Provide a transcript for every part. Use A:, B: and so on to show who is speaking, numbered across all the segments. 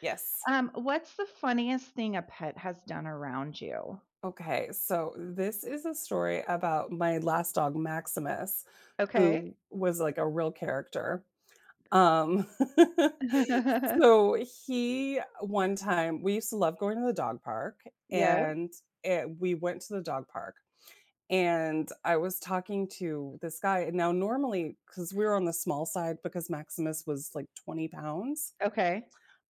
A: Yes.
B: What's the funniest thing a pet has done around you?
A: Okay. So this is a story about my last dog, Maximus,
B: Okay.
A: who was like a real character. Um, so he one time we used to love going to the dog park,
B: Yeah,
A: and we went to the dog park. And I was talking to this guy, and now, normally, because we were on the small side, because Maximus was like 20 pounds.
B: okay.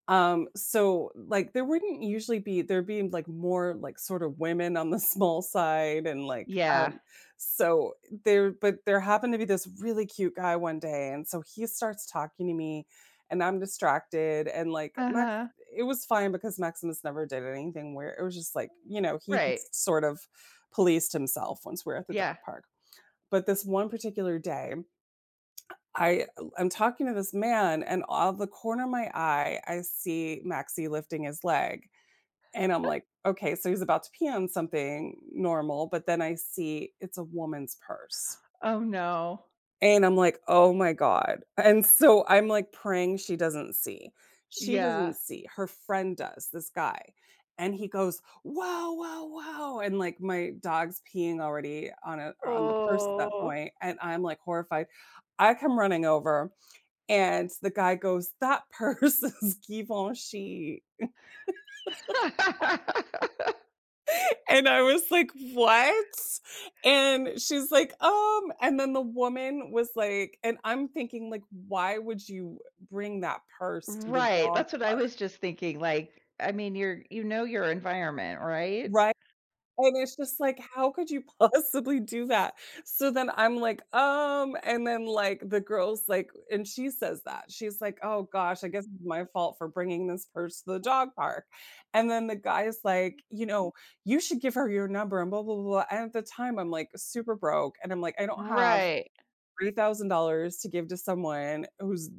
A: So, like, there wouldn't usually be there'd be, like, more, like, sort of women on the small side, and, like,
B: Yeah.
A: so there but there happened to be this really cute guy one day, and so he starts talking to me, and I'm distracted, and, like, Max
B: Uh-huh.
A: it was fine because Maximus never did anything where it was just like, he
B: Right.
A: just sort of policed himself once we were at the dog
B: Yeah.
A: park. But this one particular day, I am talking to this man, and out of the corner of my eye, I see Maxie lifting his leg, and I'm like, "Okay, so he's about to pee on something normal," but then I see it's a woman's purse,
B: Oh, no.
A: and I'm like, "Oh my god," and so I'm, like, praying she doesn't see. She doesn't
B: Yeah.
A: see, her friend does, this guy, and he goes, "Whoa, whoa, whoa," and, like, my dog's peeing already on a on the purse at that
B: Oh.
A: point, and I'm, like, horrified. I come running over and the guy goes, "That purse is Givenchy." And I was like, "What?" And she's like, and then the woman was like and I'm thinking like, "Why would you bring that purse to the
B: Right,
A: dog
B: that's what I
A: park?"
B: was just thinking, like, you're your environment, right?
A: Right? And it's just like, how could you possibly do that? So then I'm like, and then like the girl's like, and she says that she's like, oh gosh, I guess it's my fault for bringing this purse to the dog park. And then the guy's like, you should give her your number and blah, blah, blah, blah. And at the time, I'm like super broke. And I'm like, I don't have
B: Right.
A: $3,000 to give to someone whose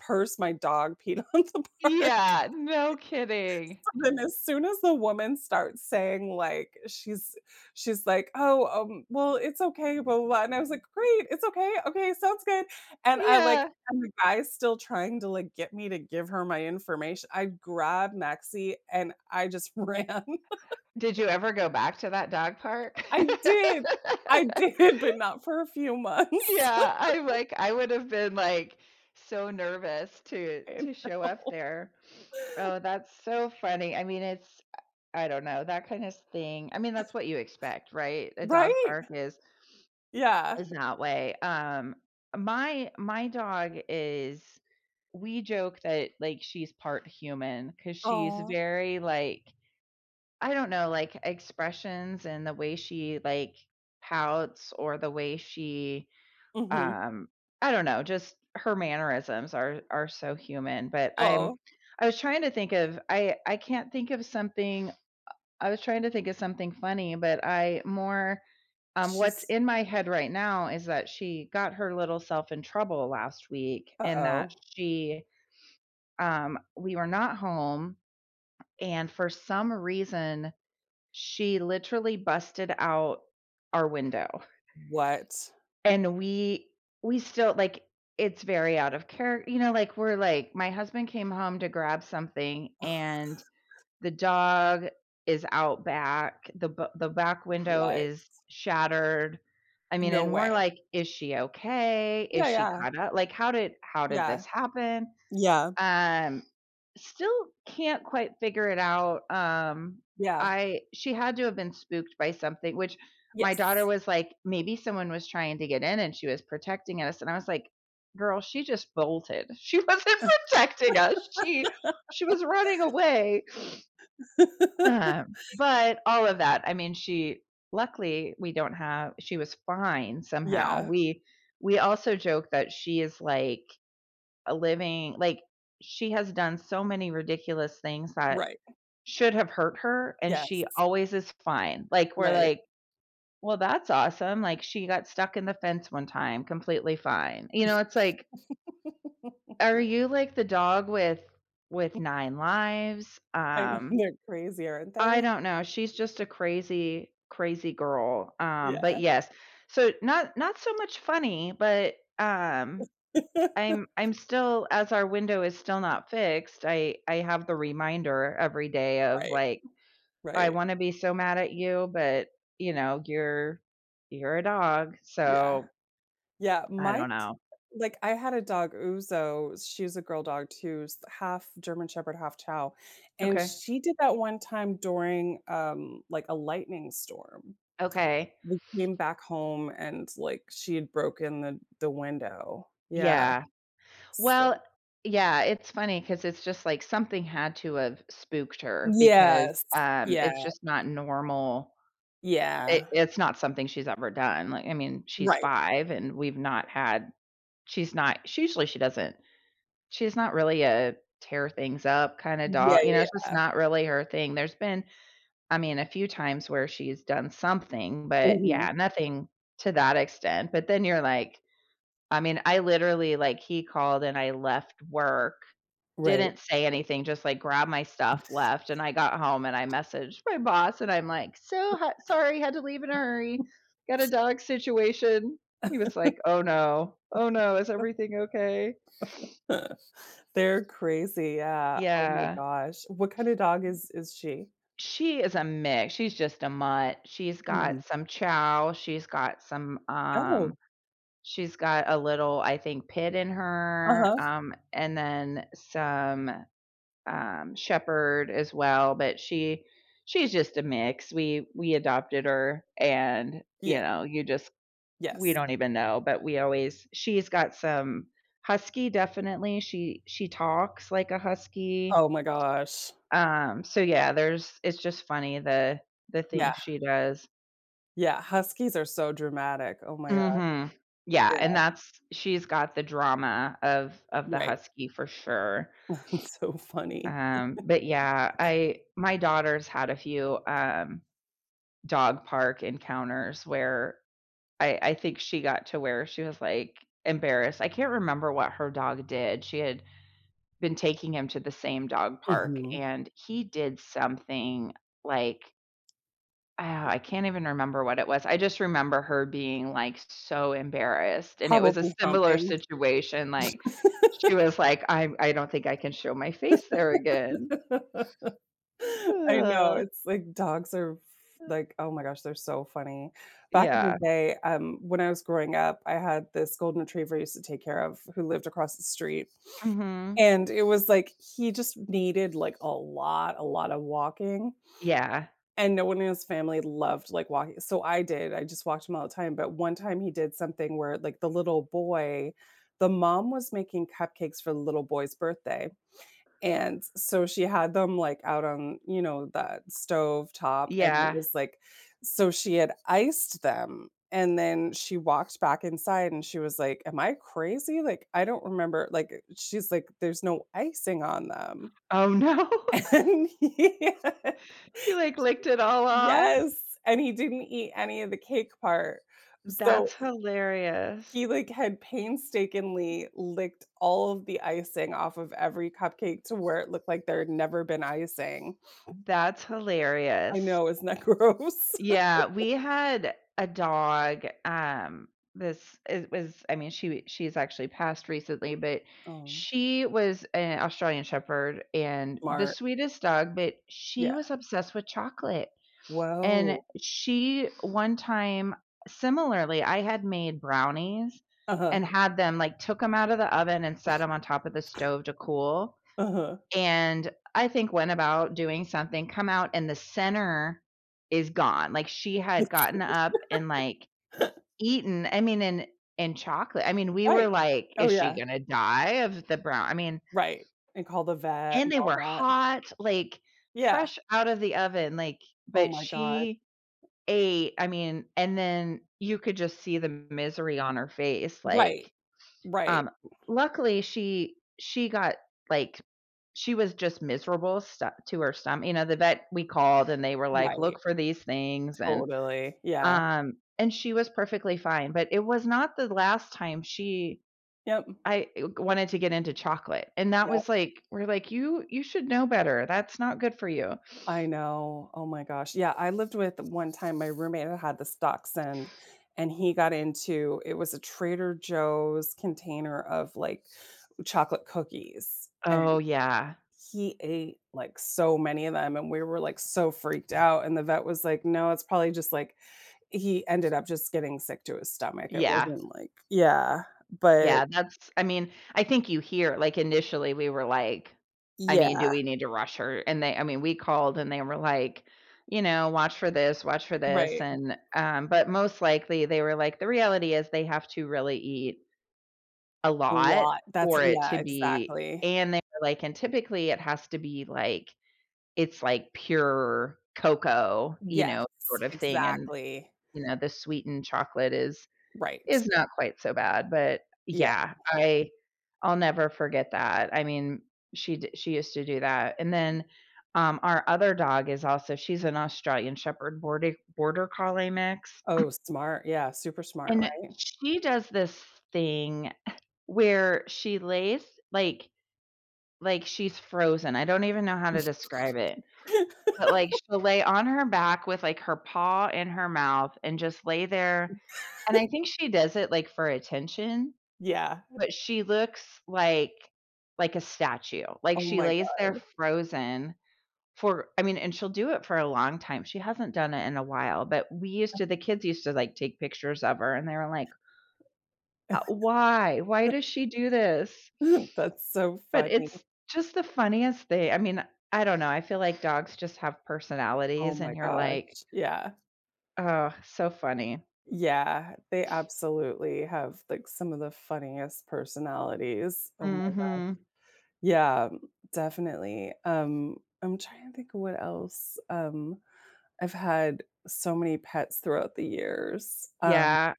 A: purse my dog peed on the park.
B: Yeah, no kidding.
A: Then as soon as the woman starts saying, like, she's like, "Oh, well, it's okay, blah, blah, blah," and I was like, "Great, it's okay, okay, sounds good," and I, like
B: Yeah.
A: and the guy's still trying to, like, get me to give her my information. I grabbed Maxie and I just ran.
B: Did you ever go back to that dog park?
A: I did, I did, but not for a few months.
B: Yeah, I'm like, I would have been like so nervous
A: I
B: to show up
A: know.
B: there. Oh, that's so funny. I mean, it's I don't know, that kind of thing. I mean, that's what you expect, right? A dog
A: Right?
B: park
A: Yeah.
B: is that way. My dog is, we joke that like she's part human cuz she's
A: Oh.
B: very like, I don't know, like expressions and the way she like pouts, or the way she,
A: Mhm.
B: um, I don't know, just her mannerisms are so human. But I'm
A: Oh,
B: I was trying to think of I can't think of something. I was trying to think of something funny, but I more what's
A: she's,
B: in my head right now is that she got her little self in trouble last week. And that
A: uh-oh.
B: she We were not home, and for some reason, she literally busted out our window.
A: What?
B: And we still, like, it's very out of character. You know, like, we're like my husband came home to grab something, and the dog is out back, the back window
A: What?
B: is shattered. I mean,
A: No
B: and we're
A: way.
B: like, "Is she okay? Is
A: Yeah,
B: she
A: yeah.
B: caught up?" Like, how did
A: Yeah.
B: this happen?"
A: Yeah.
B: Um, Still can't quite figure it out.
A: Yeah.
B: I She had to have been spooked by something, which, my daughter
A: Yes.
B: was like, "Maybe someone was trying to get in and she was protecting us." And I was like, "Girl, she just bolted. She wasn't protecting us. She was running away." But all of that, I mean, she luckily we don't have, she was fine somehow.
A: Yeah.
B: We also joke that she is like a living like, she has done so many ridiculous things that
A: Right.
B: should have hurt her, and she
A: Yes.
B: always is fine. Like, we're
A: Right.
B: like, "Well, that's awesome." Like, she got stuck in the fence one time, completely fine. You know, it's like, are you like the dog with 9 lives?
A: I know. They're crazy, aren't
B: I
A: they?
B: don't know. She's just a crazy, crazy girl. But
A: Yeah.
B: yes. So, not so much funny, but, um, I'm still, as our window is still not fixed, I have the reminder every day of,
A: Right.
B: like, "I
A: Right.
B: wanna be so mad at you, but, you know, you're a dog,
A: Yeah.
B: so
A: Yeah.
B: I
A: My
B: don't
A: t
B: know."
A: Like, I had a dog, Uzo. She's a girl dog too, s half German Shepherd, half Chow, and
B: "Okay,
A: she did that one time during, like, a lightning storm.
B: okay."
A: We came back home and, like, she had broken the window. Yeah.
B: Yeah.
A: So
B: Well, yeah, it's funny because it's just like something had to have spooked her because,
A: yes. Yeah,
B: it's just not normal.
A: yeah.
B: It's not something she's ever done, like, I mean, she's
A: Right.
B: 5, and we've not had, she doesn't, she's not really a tear things up kinda
A: Yeah,
B: doll, you know,
A: yeah,
B: it's just
A: yeah.
B: not really her thing. There's been, I mean, a few times where she's done something, but
A: Mhm.
B: yeah, nothing to that extent. But then you're like, I mean, I literally, like, he called and I left work,
A: Right.
B: didn't say anything, just, like, grabbed my stuff, left, and I got home and I messaged my boss and I'm like, "So ha sorry, had to leave in a hurry. Got a dog situation." He was like, "Oh no. Oh no, is everything okay?"
A: They're crazy, yeah. Oh my
B: Yeah.
A: gosh. What kinda dog is she?
B: She is a mix, she's just a mutt. She's
A: Mhm.
B: got some chow, she's got some,
A: Oh.
B: she's got a little, I think, pit in her,
A: Uh-huh.
B: and then some, shepherd as well, but she's just a mix. We adopted her and, you
A: Yeah.
B: know, you just we
A: Yes.
B: don't even know, but we always she's got some husky, definitely. She talks like a husky,
A: Oh my gosh.
B: so yeah, there's it's just funny the
A: Yeah.
B: things she does.
A: Yeah, huskies are so dramatic. Oh my god.
B: Mhm. Yeah, and
A: Yeah.
B: that's she's got the drama of the
A: Right.
B: husky for sure.
A: It's so funny.
B: But yeah, I my daughter's had a few, dog park encounters where I think she got to where she was, like, embarrassed. I can't remember what her dog did. She had been taking him to the same dog park,
A: Mhm.
B: and he did something, like, ah, I can't even remember what it was. I just remember her being, like, so embarrassed, and it was a
A: Probably
B: similar
A: humping.
B: situation, like, she was like, "I'm I do not think I can show my face there again."
A: I know,
B: Ugh.
A: it's like dogs are f like, oh my gosh, they're so funny. Back in the
B: Yeah.
A: day, when I was growing up, I had this golden retriever I used to take care of who lived across the street,
B: Mhm.
A: and it was like he just needed, like, a lot of walking,
B: Yeah.
A: and no one in his family loved, like, walking so I did, I just walked him all the time, but one time he did something where, like, the little boy the mom was making cupcakes for the little boy's birthday. And so she had them, like, out on, that stove top, and it
B: Yeah.
A: was like so she had iced them, and then she walked back inside, and she was like, "Am I crazy? Like, I don't remember," like, she's like, "There's no icing on them."
B: Oh, no.
A: And he
B: He, like, licked it all off?
A: Yes, and he didn't eat any of the cake part. So
B: That's hilarious.
A: he, like, had painstakingly licked all of the icing off of every cupcake to where it looked like there had never been icing.
B: That's
A: I
B: hilarious.
A: know, isn't that gross?
B: Yeah, we had a dog, this it was, I mean, she's actually passed recently, but
A: Oh.
B: she was an Australian Shepherd and the
A: Smart.
B: sweetest dog, but she
A: Yeah.
B: was obsessed with chocolate. And
A: Whoa.
B: she one time, similarly, I had made brownies
A: Uh-huh,
B: and had them like, took them out of the oven and set them on top of the stove to cool.
A: uh-huh.
B: And I think went about doing something, come out, and the center is gone. Like, she had gotten up and, like, eaten, I mean, in chocolate. I mean, we were
A: Right.
B: like,
A: Oh,
B: "Is she
A: yeah,
B: gonna die of the brown" I mean,
A: right, and call the vet
B: and
A: and
B: they
A: all
B: were
A: that.
B: hot, like,
A: Yeah.
B: fresh out of the oven, like,
A: Oh
B: but
A: my god.
B: she ate, I mean, and then you could just see the misery on her face, like,
A: Right. Right,
B: um, luckily, she got, like, she was just miserable sto to her stomach. You know, the vet we called and they were like,
A: right,
B: "Look for these things,"
A: totally. Yeah.
B: and she was perfectly fine, but it was not the last time she,
A: Yep.
B: I wanted to get into chocolate, and that
A: Yep.
B: was like, we're like, You should know better. That's not good for you."
A: I know. Oh my gosh. Yeah, I lived with one time my roommate that had this dachshund, and he got into it was a Trader Joe's container of, like, chocolate cookies, and
B: Oh, yeah.
A: he ate, like, so many of them, and we were, like, so freaked out, and the vet was like, "No, it's probably just, like," he ended up just getting sick to his stomach, it
B: Yeah.
A: wasn't like yeah, but
B: Yeah, that's, I mean, I think you hear like, initially, we were like, I mean, do
A: yeah,
B: we need to rush her? And they, I mean, we called and they were like, you know, watch for this,
A: right,
B: and, but most likely, they were like, the reality is they have to really eat a
A: a
B: lot
A: lot, that's
B: for it
A: yeah,
B: to be,
A: exactly.
B: and they were like, and typically it has to be like, it's like pure cocoa, you
A: Yes,
B: know, sort of thing, and,
A: exactly,
B: you know, the sweetened chocolate
A: right,
B: is not quite so bad, but
A: yeah,
B: yeah, I'll never forget that. I mean, she used to do that, and then, our other dog is also, she's an Australian Shepherd Border Collie mix,
A: oh, smart, yeah, super smart,
B: and
A: right?
B: she does this thing where she lays like like she's frozen, I don't even know how to describe it, but, like, she'll lay on her back with, like, her paw in her mouth and just lay there, and I think she does it, like, for attention.
A: Yeah,
B: But she looks like a statue. Like,
A: oh
B: she
A: my
B: lays there
A: god,
B: frozen for, I mean, and she'll do it for a long time. She hasn't done it in a while, but we used to, the kids used to, like, take pictures of her, and they were like, why? Why does she do this?"
A: that's so
B: But
A: funny,
B: it's just the funniest thing. I mean, I don't know. I feel like dogs just have
A: oh
B: personalities, and
A: my
B: you're like,
A: gosh, yeah.
B: "Oh, so funny."
A: Yeah, they absolutely have, like, some of the funniest personalities. Oh my g
B: Mhm.
A: Yeah, definitely. I'm trying to think of what else. I've had so many pets throughout the years.
B: Yeah.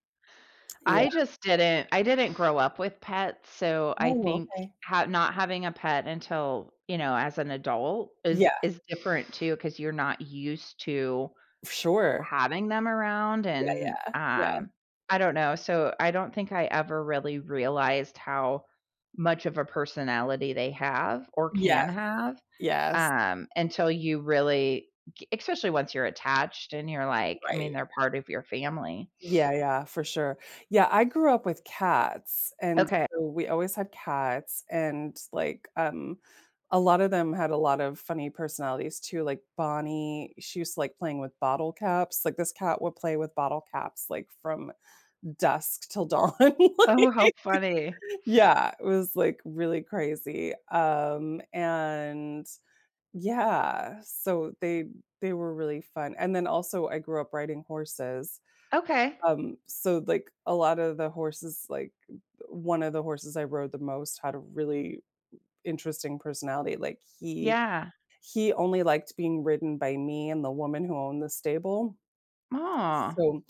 A: Yeah.
B: I didn't grow up with pets, so I
A: Oh,
B: think,
A: okay.
B: ha not having a pet until, you know, as an adult
A: Yeah,
B: is different too, because 'cause you're not used to
A: sure.
B: having them around
A: Yeah,
B: and,
A: yeah, yeah.
B: I don't know, so I don't think I ever really realized how much of a personality they have or
A: Yeah,
B: can have,
A: yes,
B: until you really, especially once you're attached and you're like, I mean,
A: right.
B: they're part of your family.
A: Yeah, yeah, for sure. Yeah, I grew up with cats, and
B: Okay.
A: so we always had cats, and, like, a lot of them had a lot of funny personalities too, like, Bonnie, she used to like playing with bottle caps, like, this cat would play with bottle caps, like, from dusk till dawn,
B: Oh, how funny.
A: yeah, it was, like, really crazy, and yeah, so they were really fun, and then also I grew up riding horses.
B: Okay.
A: So, like, a lot of the horses, like, one of the horses I rode the most had a really interesting personality, like, he
B: Yeah.
A: he only liked being ridden by me and the woman who owned the stable.
B: Oh.
A: So,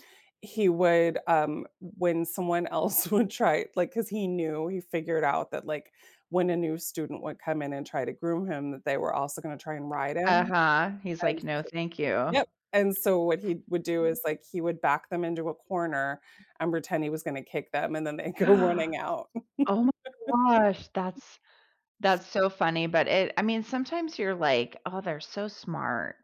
A: he would, when someone else would try like he figured out that, like, when a new student would come in and try to groom him, that they were also gonna try and ride him,
B: Uh-huh. He's
A: and
B: like, "No, thank you."
A: yep, and so what he would do is, like, he would back them into a corner and pretend he was gonna kick them, and then they go running out.
B: Oh my gosh, that's so funny, but it I mean, sometimes you're like, "Oh, they're so smart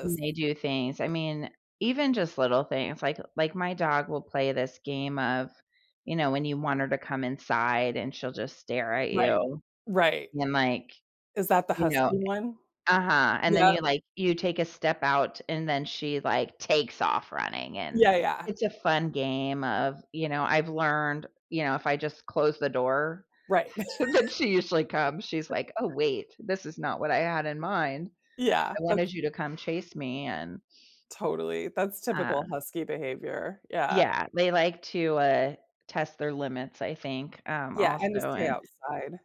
B: when they do things." I mean, even just little things, like my dog will play this game of, you know, when you want her to come inside and she'll just stare at
A: Right,
B: you,
A: right.
B: and like,
A: Is that the
B: you know,
A: husky one?
B: uh-huh, and then
A: Yep.
B: you, like, you take a step out, and then she, like, takes off running, and
A: Yeah, yeah.
B: it's a fun game of, you know, I've learned, you know, if I just close the door,
A: Right.
B: then she usually comes, she's like, "Oh, wait, this is not what I had in mind.
A: Yeah,
B: I
A: that's
B: wanted you to come chase me," and,
A: totally that's
B: uh,
A: typical husky behavior. Yeah.
B: yeah, they like to, test their limits, I think,
A: Yeah, and to
B: also,
A: stay
B: and
A: outside.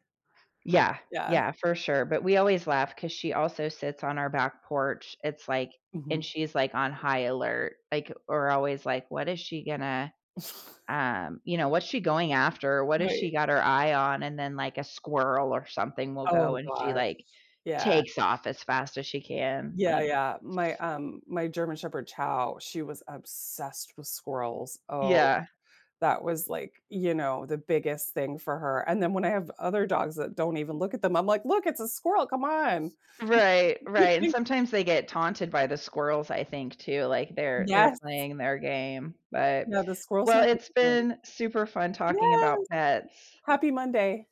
B: yeah,
A: Yeah.
B: yeah, for sure, but we always laugh because she also sits on our back porch, it's like,
A: Mhm.
B: and she's, like, on high alert, like, we're always like, "What is she gonna" you know, "What's she going after? What has
A: Right.
B: she got her eye on?" And then, like, a squirrel or something will go,
A: Oh
B: and she,
A: gosh.
B: like,
A: Yeah.
B: takes off as fast as she can,
A: Yeah,
B: like,
A: yeah. My German Shepherd Chow, she was obsessed with squirrels. Oh.
B: yeah.
A: That was, like, the biggest thing for her, and then when I have other dogs that don't even look at them, I'm like, "Look, it's a squirrel, come on."
B: Right, right, and sometimes they get taunted by the squirrels, I think, too, like, they're
A: Yes,
B: playing their game, but
A: yeah, the squirrels know
B: well,
A: what
B: it's
A: they're doing.
B: been super fun talking about
A: Yes,
B: pets.
A: happy Monday.